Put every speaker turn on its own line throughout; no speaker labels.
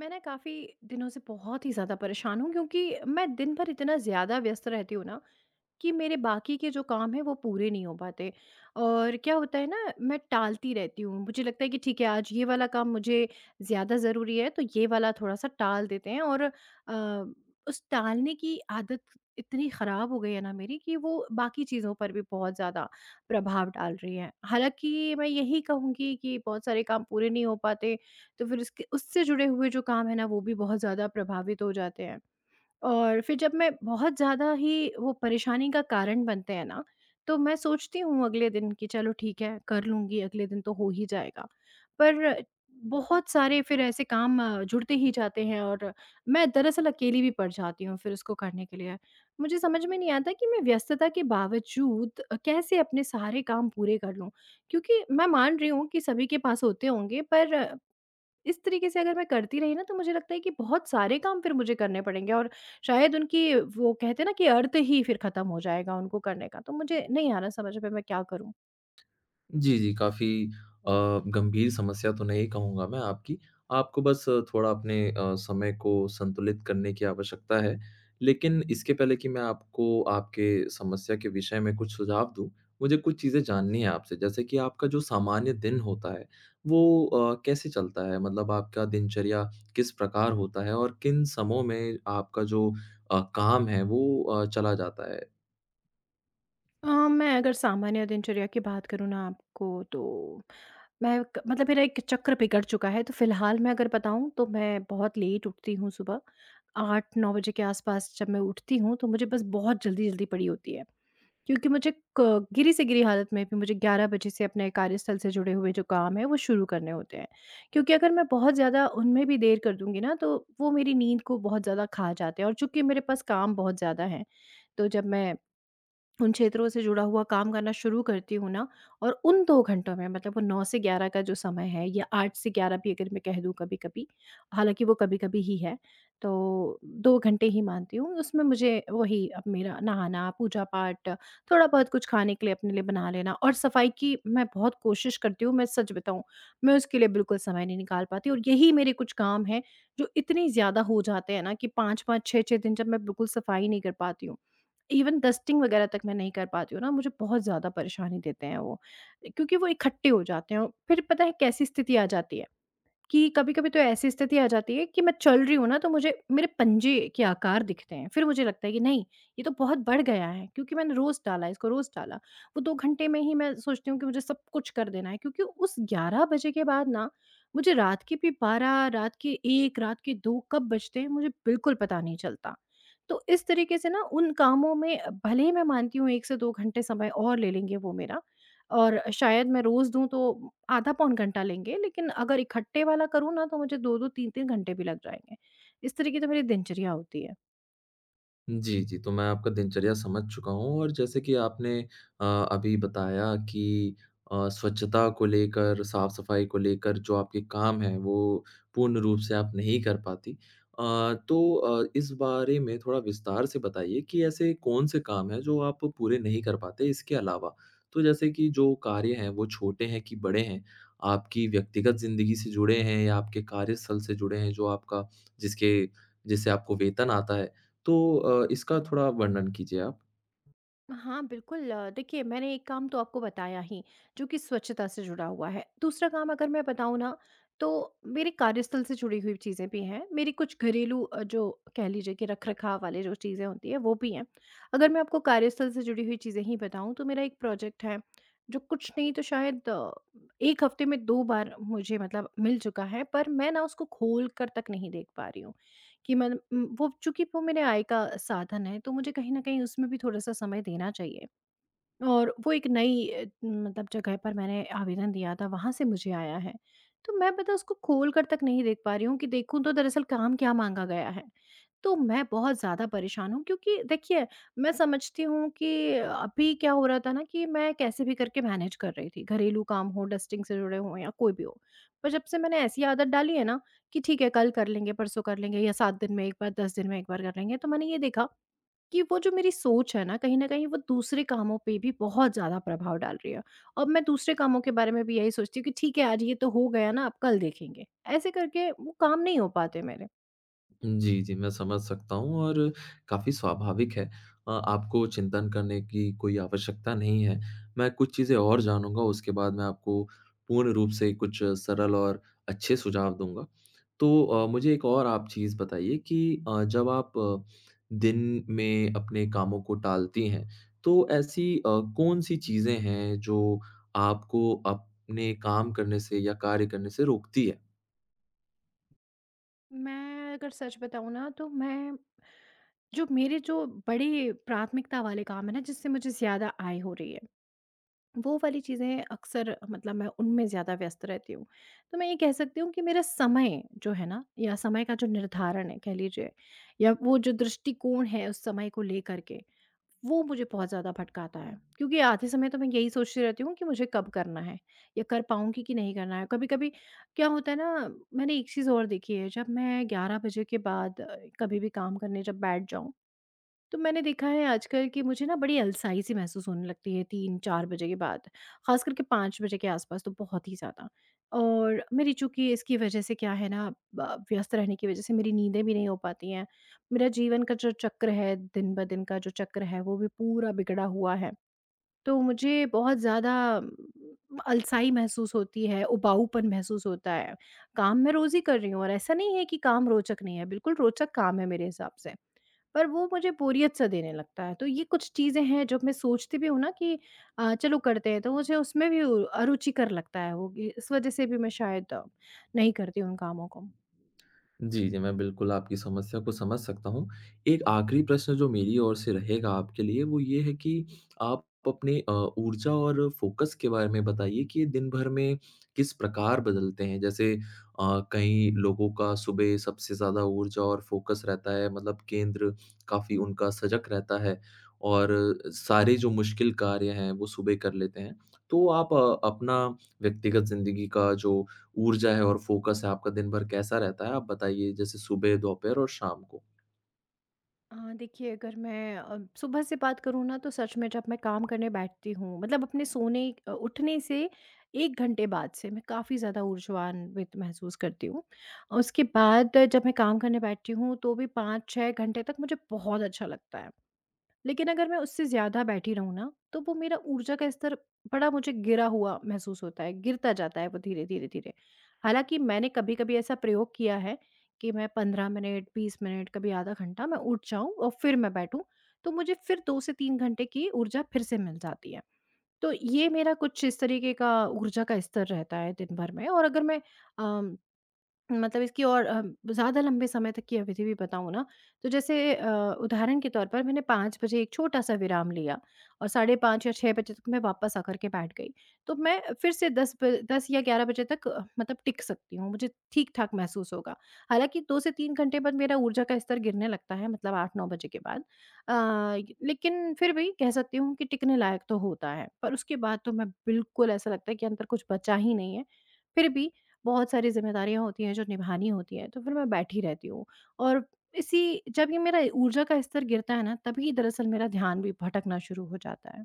मैं ना काफ़ी दिनों से बहुत ही ज़्यादा परेशान हूँ, क्योंकि मैं दिन भर इतना ज़्यादा व्यस्त रहती हूँ ना कि मेरे बाकी के जो काम हैं वो पूरे नहीं हो पाते। और क्या होता है ना, मैं टालती रहती हूँ। मुझे लगता है कि ठीक है, आज ये वाला काम मुझे ज़्यादा ज़रूरी है, तो ये वाला थोड़ा सा टाल देते हैं। और उस टालने की आदत इतनी ख़राब हो गई है ना मेरी, कि वो बाकी चीज़ों पर भी बहुत ज़्यादा प्रभाव डाल रही है। हालांकि मैं यही कहूँगी कि बहुत सारे काम पूरे नहीं हो पाते, तो फिर उसके उससे जुड़े हुए जो काम है ना वो भी बहुत ज़्यादा प्रभावित हो जाते हैं। और फिर जब मैं बहुत ज़्यादा ही वो परेशानी का कारण बनते हैं ना, तो मैं सोचती हूँ अगले दिन कि चलो ठीक है, कर लूँगी, अगले दिन तो हो ही जाएगा। पर बहुत सारे फिर ऐसे काम जुड़ते ही जाते हैं और मैं दरअसल अकेली भी पड़ जाती हूँ फिर उसको करने के लिए। मुझे समझ में नहीं आता कि मैं व्यस्तता के बावजूद कैसे अपने सारे काम पूरे कर लूँ? क्योंकि मैं मान रही हूँ कि सभी के पास होते होंगे, पर इस तरीके से अगर मैं करती रही ना, तो मुझे लगता है कि बहुत सारे काम फिर मुझे करने पड़ेंगे और शायद उनकी वो कहते हैं ना कि अर्थ ही फिर खत्म हो जाएगा उनको करने का। तो मुझे नहीं आ रहा समझ में, मैं क्या करूं।
जी, जी, काफ़ी अ, गंभीर समस्या तो नहीं कहूँगा मैं आपकी। आपको बस थोड़ा अपने समय को संतुलित करने की आवश्यकता है। लेकिन इसके पहले कि मैं आपको आपके समस्या के विषय में कुछ सुझाव दूँ, मुझे कुछ चीज़ें जाननी है आपसे। जैसे कि आपका जो सामान्य दिन होता है, वो कैसे चलता है? मतलब आपका दिनचर्या किस प्रकार होता है और किन समयों में आपका जो काम है वो चला जाता है?
मैं अगर सामान्य दिनचर्या की बात करूँ ना आपको, तो मैं मतलब मेरा एक चक्र बिगड़ चुका है, तो फिलहाल मैं अगर बताऊँ तो मैं बहुत लेट उठती हूँ। सुबह 8-9 बजे के आसपास जब मैं उठती हूँ तो मुझे बस बहुत जल्दी जल्दी पड़ी होती है, क्योंकि मुझे क गिरी से गिरी हालत में भी मुझे 11 बजे से अपने कार्यस्थल से जुड़े हुए जो काम हैं, वो शुरू करने होते हैं। क्योंकि अगर मैं बहुत ज़्यादा उनमें भी देर कर दूँगी ना, तो वो मेरी नींद को बहुत ज़्यादा खा जाते हैं। और चूँकि मेरे पास काम बहुत ज़्यादा हैं, तो जब मैं उन क्षेत्रों से जुड़ा हुआ काम करना शुरू करती हूँ ना और उन 2 घंटों में, मतलब वो 9 से 11 का जो समय है, या 8 से 11 भी अगर मैं कह दूँ कभी-कभी, हालाँकि वो कभी-कभी ही है, तो 2 घंटे ही मानती हूँ। उसमें मुझे वही अब मेरा नहाना, पूजा-पाठ, थोड़ा बहुत कुछ खाने के लिए अपने लिए बना लेना और सफाई की मैं बहुत कोशिश करती हूँ, मैं सच बताऊँ, मैं उसके लिए बिल्कुल समय नहीं निकाल पाती। और यही मेरे कुछ काम हैं, जो इतने ज़्यादा हो जाते हैं ना कि 5-5, 6-6 दिन जब मैं बिल्कुल सफाई नहीं कर पाती हूँ। इवन डस्टिंग वगैरह तक मैं नहीं कर पाती हूँ ना, मुझे बहुत ज़्यादा परेशानी देते हैं वो, क्योंकि वो इकट्ठे हो जाते हैं और फिर पता है कैसी स्थिति आ जाती है, कि कभी-कभी तो ऐसी स्थिति आ जाती है कि मैं चल रही हूँ ना तो मुझे मेरे पंजे के आकार दिखते हैं। फिर मुझे लगता है कि नहीं, ये तो बहुत बढ़ गया है, क्योंकि मैंने रोज़ डाला इसको, रोज़ डाला। वो 2 घंटे में ही मैं सोचती हूँ कि मुझे सब कुछ कर देना है, क्योंकि उस 11 बजे के बाद ना मुझे रात के भी 12, रात के 1, रात के 2 कब बजते हैं मुझे बिल्कुल पता नहीं चलता। तो इस तरीके से ना उन कामों में, भले ही मैं मानती हूँ 1 से 2 घंटे समय और ले लेंगे वो मेरा, और शायद मैं रोज़ दूँ तो आधा पौन घंटा लेंगे, लेकिन अगर इकट्ठे वाला करूँ ना तो मुझे 2-2, 3-3 घंटे भी लग जाएँगे। इस तरीके से मेरी दिनचर्या होती है।
जी, जी। तो मैं आपका दिनचर्या समझ चुका हूँ और जैसे कि आपने अ, अभी बताया कि स्वच्छता को लेकर, साफ-सफाई को लेकर जो आपके काम हैं, वो पूर्ण रूप से आप नहीं कर पाती। तो इस बारे में थोड़ा विस्तार से बताइए कि ऐसे कौन-से काम हैं जो आप पूरे नहीं कर पाते इसके अलावा? तो जैसे कि जो कार्य हैं, वो छोटे हैं कि बड़े हैं? आपकी व्यक्तिगत ज़िंदगी से जुड़े हैं या आपके कार्यस्थल से जुड़े हैं जो आपका जिसके जिससे आपको वेतन आता है? तो इसका थोड़ा वर्णन कीजिए आप।
हाँ, बिल्कुल। देखिए, मैंने एक काम तो आपको बताया ही, जो कि स्वच्छता से जुड़ा हुआ है। दूसरा काम अगर मैं बताऊँ ना, तो मेरे कार्यस्थल से जुड़ी हुई चीज़ें भी हैं। मेरी कुछ घरेलू जो कह लीजिए कि रख-रखाव वाले जो चीज़ें होती हैं वो भी हैं। अगर मैं आपको कार्यस्थल से जुड़ी हुई चीज़ें ही बताऊँ तो मेरा एक प्रोजेक्ट है, जो कुछ नहीं तो शायद 1 हफ्ते में 2 बार मुझे मतलब मिल चुका है, पर मैं ना उसको खोल कर तक नहीं देख पा रही हूँ। कि मैं वो चूँकि वो मेरे आय का साधन है, तो मुझे कहीं न कहीं उसमें भी थोड़ा-सा समय देना चाहिए। और वो एक नई मतलब जगह पर मैंने आवेदन दिया था, वहाँ से मुझे आया है। तो मैं पता है उसको खोल कर तक नहीं देख पा रही हूँ, कि देखूँ तो दरअसल काम क्या माँगा गया है। तो मैं बहुत ज़्यादा परेशान हूँ, क्योंकि देखिए, मैं समझती हूँ कि अभी क्या हो रहा था ना कि मैं कैसे भी करके मैनेज कर रही थी, घरेलू काम हो, डस्टिंग से जुड़े हों या कोई भी हो। पर जब से मैंने ऐसी आदत डाली है ना कि ठीक है, कल कर लेंगे, परसों कर लेंगे या 7 दिन में 1 बार, 10 दिन में 1 बार कर लेंगे, तो मैंने ये देखा कि वो जो मेरी सोच है ना, कहीं न कहीं वो दूसरे कामों पे भी बहुत ज़्यादा प्रभाव डाल रही है। अब मैं दूसरे कामों के बारे में भी यही सोचती हूँ कि ठीक है, आज ये तो हो गया ना, अब कल देखेंगे। ऐसे करके वो काम नहीं हो पाते मेरे।
जी, जी, मैं समझ सकता हूँ और काफ़ी स्वाभाविक है। आपको चिंतन करने की कोई आवश्यकता नहीं है। मैं कुछ चीज़ें और जानूँगा, उसके बाद मैं आपको पूर्ण रूप से कुछ सरल और अच्छे सुझाव दूँगा। तो मुझे एक और आप चीज़ बताइए कि जब आप दिन में अपने कामों को टालती हैं, तो ऐसी कौन-सी चीज़ें हैं जो आपको अपने काम करने से या कार्य करने से रोकती है?
मैं अगर सच बताऊँ ना, तो मैं जो मेरे जो बड़े प्राथमिकता वाले काम है ना, जिससे मुझे ज़्यादा आय हो रही है, वो वाली चीज़ें अक्सर मतलब मैं उनमें ज़्यादा व्यस्त रहती हूँ। तो मैं ये कह सकती हूँ कि मेरा समय जो है ना, या समय का जो निर्धारण है कह लीजिए, या वो जो दृष्टिकोण है उस समय को लेकर के, वो मुझे बहुत ज़्यादा भटकाता है। क्योंकि आधे समय तो मैं यही सोचती रहती हूँ कि मुझे कब करना है, या कर पाऊँगी कि नहीं करना है। कभी-कभी क्या होता है ना, मैंने एक चीज़ और देखी है, जब मैं 11 बजे के बाद कभी भी काम करने जब बैठ जाऊँ, तो मैंने देखा है आजकल कि मुझे ना बड़ी अलसाई सी महसूस होने लगती है 3-4 बजे के बाद, ख़ास करके 5 बजे के आसपास तो बहुत ही ज़्यादा। और मेरी चूँकि इसकी वजह से क्या है ना, ब व्यस्त रहने की वजह से मेरी नींदें भी नहीं हो पाती हैं। मेरा जीवन का जो चक्र है, दिन-ब-दिन का जो चक्र है वो भी पूरा बिगड़ा हुआ है। तो मुझे बहुत ज़्यादा अलसाई महसूस होती है, उबाऊपन महसूस होता है। काम मैं रोज़ ही कर रही हूँ और ऐसा नहीं है कि काम रोचक नहीं है, बिल्कुल रोचक काम है मेरे हिसाब से। पर वो मुझे बोरियत-सा देने लगता है, तो ये कुछ चीज़ें हैं, जब मैं सोचती भी हूँ ना कि चलो करते हैं, तो मुझे उसमें भी उ अरुचिकर लगता है वो, कि इस वज़ह से भी मैं शायद नहीं करती उन कामों को।
जी, जी। मैं बिल्कुल आपकी समस्या को समझ सकता हूँ। एक आखिरी प्रश्न जो मेरी ओर से रहेगा आपके लिए वो ये है कि आप अपने ऊर्जा और फ़ोकस के बारे में बताइए कि ये दिन भर में किस प्रकार बदलते हैं? जैसे कई लोगों का सुबह सबसे ज़्यादा ऊर्जा और फ़ोकस रहता है मतलब केंद्र काफ़ी उनका सजग रहता है और सारे जो मुश्किल कार्य हैं वो सुबह कर लेते हैं। तो आप अपना व्यक्तिगत ज़िंदगी का जो ऊर्जा है और फ़ोकस है आपका दिन भर कैसा रहता है? आप बताइए जैसे सुबह, दोपहर और शाम को।
देखिए, अगर मैं सुबह से बात करूँ ना, तो सच में जब मैं काम करने बैठती हूँ मतलब अपने सोने उठने से 1 घंटे बाद से मैं काफ़ी ज़्यादा ऊर्जान्वित महसूस करती हूँ। उसके बाद जब मैं काम करने बैठती हूँ तो भी 5-6 घंटे तक मुझे बहुत अच्छा लगता है। लेकिन अगर मैं उससे ज़्यादा बैठी रहूँ ना, तो वो मेरा ऊर्जा का स्तर बड़ा मुझे गिरा हुआ महसूस होता है, गिरता जाता है वो धीरे, धीरे, धीरे। हालाँकि मैंने कभी-कभी ऐसा प्रयोग किया है कि मैं 15 मिनट, 20 मिनट, कभी आधा घंटा मैं उठ जाऊँ और फिर मैं बैठूँ, तो मुझे फिर 2 से 3 घंटे की ऊर्जा फिर से मिल जाती है। तो ये मेरा कुछ इस तरीके का ऊर्जा का स्तर रहता है दिन भर में। और अगर मैं अम मतलब इसकी और ज़्यादा लंबे समय तक की अवधि भी बताऊँ ना, तो जैसे उदाहरण के तौर पर मैंने 5 बजे एक छोटा-सा विराम लिया और साढ़े 5 या 6 बजे तक मैं वापस आकर के बैठ गई। तो मैं फिर से 10 या 11 बजे तक मतलब टिक सकती हूँ, मुझे ठीक-ठाक महसूस होगा। हालाँकि 2 से 3 घंटे बाद मेरा ऊर्जा का स्तर गिरने लगता है, मतलब 8-9 बजे के बाद। अ, लेकिन फिर भी कह सकती हूँ कि टिकने लायक तो होता है, पर उसके बाद तो मैं बिल्कुल ऐसा लगता है कि अंदर कुछ बचा ही नहीं है। फिर भी बहुत सारी ज़िम्मेदारियाँ होती हैं जो निभानी होती हैं, तो फिर मैं बैठी रहती हूँ। और इसी जब ये मेरा ऊर्जा का स्तर गिरता है ना, तभी दरअसल मेरा ध्यान भी भटकना शुरू हो जाता है।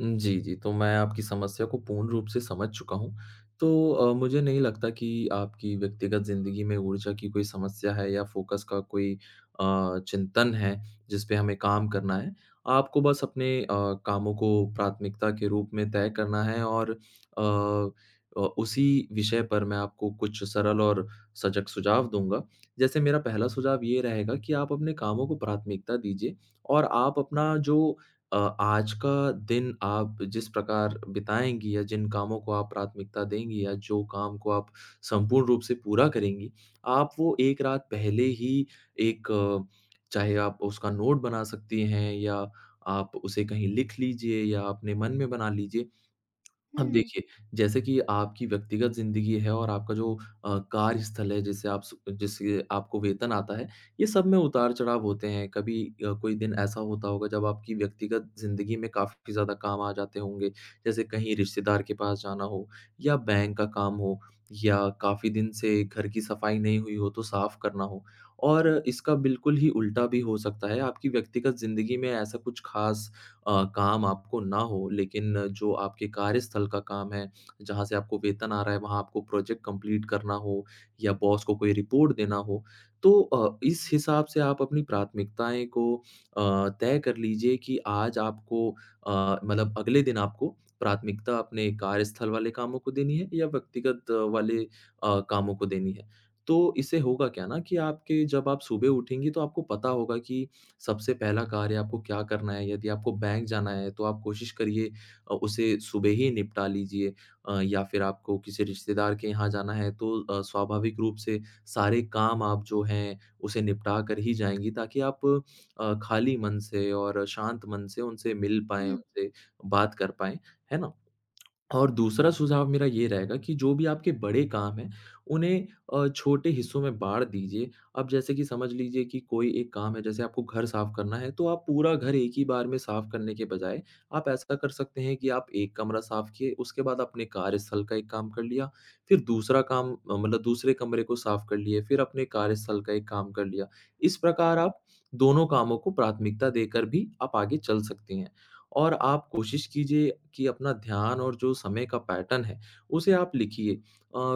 जी, जी। तो मैं आपकी समस्या को पूर्ण रूप से समझ चुका हूँ। तो मुझे नहीं लगता कि आपकी व्यक्तिगत ज़िंदगी में ऊर्जा की कोई समस्या है या फ़ोकस का कोई चिंतन है, जिस पे हमें काम करना है। आपको बस अपने कामों को प्राथमिकता के रूप में तय करना है और अ उसी विषय पर मैं आपको कुछ सरल और सजग सुझाव दूँगा। जैसे मेरा पहला सुझाव ये रहेगा कि आप अपने कामों को प्राथमिकता दीजिए और आप अपना जो आज का दिन आप जिस प्रकार बिताएँगी या जिन कामों को आप प्राथमिकता देंगी या जो काम को आप संपूर्ण रूप से पूरा करेंगी, आप वो 1 रात पहले ही एक चाहे आप उसका नोट बना सकती हैं या आप उसे कहीं लिख लीजिए या अपने मन में बना लीजिए। अब
हुँ,
देखिए, जैसे कि आपकी व्यक्तिगत ज़िंदगी है और आपका जो कार्यस्थल है जिसे आप सु जिससे आपको वेतन आता है, ये सब में उतार-चढ़ाव होते हैं। कभी कोई दिन ऐसा होता होगा जब आपकी व्यक्तिगत ज़िंदगी में काफ़ी ज़्यादा काम आ जाते होंगे, जैसे कहीं रिश्तेदार के पास जाना हो या बैंक का काम हो या काफ़ी दिन से घर की सफाई नहीं हुई हो तो साफ़ करना हो। और इसका बिल्कुल ही उल्टा भी हो सकता है, आपकी व्यक्तिगत ज़िंदगी में ऐसा कुछ ख़ास काम आपको ना हो, लेकिन जो आपके कार्यस्थल का काम है, जहाँ से आपको वेतन आ रहा है, वहाँ आपको प्रोजेक्ट कंप्लीट करना हो या बॉस को कोई रिपोर्ट देना हो, तो इस हिसाब से आप अपनी प्राथमिकताएँ को अ, तय कर लीजिए कि आज आपको मतलब अगले दिन आपको प्राथमिकता अपने कार्यस्थल वाले कामों को देनी है या व्यक्तिगत वाले कामों को देनी है। तो इससे होगा क्या ना कि आपके जब आप सुबह उठेंगी, तो आपको पता होगा कि सबसे पहला कार्य आपको क्या करना है, यदि आपको बैंक जाना है, तो आप कोशिश करिए उसे सुबह ही निपटा लीजिए या फिर आपको किसी रिश्तेदार के यहाँ जाना है, तो स्वाभाविक रूप से सारे काम आप जो हैं, उसे निपटा कर ही जाएँगी, ताकि आप खाली मन से और शांत मन से उनसे मिल पाएँ,
हुँ।
उनसे बात कर पाएँ, है ना? और दूसरा सुझाव मेरा ये रहेगा कि जो भी आपके बड़े काम हैं, उन्हें छोटे हिस्सों में बाँट दीजिए। अब जैसे कि समझ लीजिए कि कोई एक काम है, जैसे आपको घर साफ़ करना है, तो आप पूरा घर एक ही बार में साफ़ करने के बजाय, आप ऐसा कर सकते हैं कि आप एक कमरा साफ़ किए, उसके बाद अपने कार्यस्थल का एक काम कर लिया, फिर दूसरा काम मतलब दूसरे कमरे को साफ़ कर लिए, फिर अपने कार्यस्थल का एक काम कर लिया। इस प्रकार आप दोनों कामों को प्राथमिकता देकर भी आप आगे चल सकती हैं। और आप कोशिश कीजिए कि अपना ध्यान और जो समय का पैटर्न है, उसे आप लिखिए।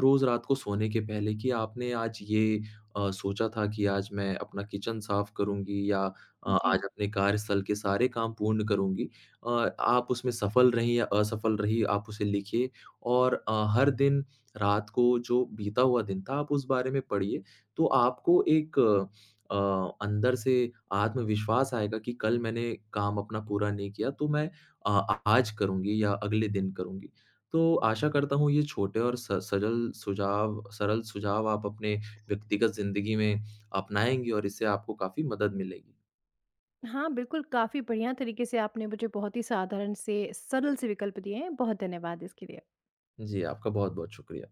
रोज़ रात को सोने के पहले कि आपने आज ये सोचा था कि आज मैं अपना किचन साफ़ करूँगी या
जी।
आज अपने कार्यस्थल के सारे काम पूर्ण करूँगी। अ, आप उसमें सफल रहीं या असफल रहीं, आप उसे लिखिए और हर दिन रात को जो बीता हुआ दिन था, आप उस बारे में पढ़िए। तो आपको एक अंदर से आत्मविश्वास आएगा कि कल मैंने काम अपना पूरा नहीं किया तो मैं आज करूँगी या अगले दिन करूँगी। तो आशा करता हूँ ये छोटे और स सरल सुझाव आप अपने व्यक्तिगत ज़िंदगी में अपनाएँगी और इससे आपको काफ़ी मदद मिलेगी।
हाँ, बिल्कुल। काफ़ी बढ़िया तरीके से आपने मुझे बहुत ही साधारण से सरल से विकल्प दिए हैं। बहुत धन्यवाद इसके लिए।
जी, आपका बहुत-बहुत शुक्रिया।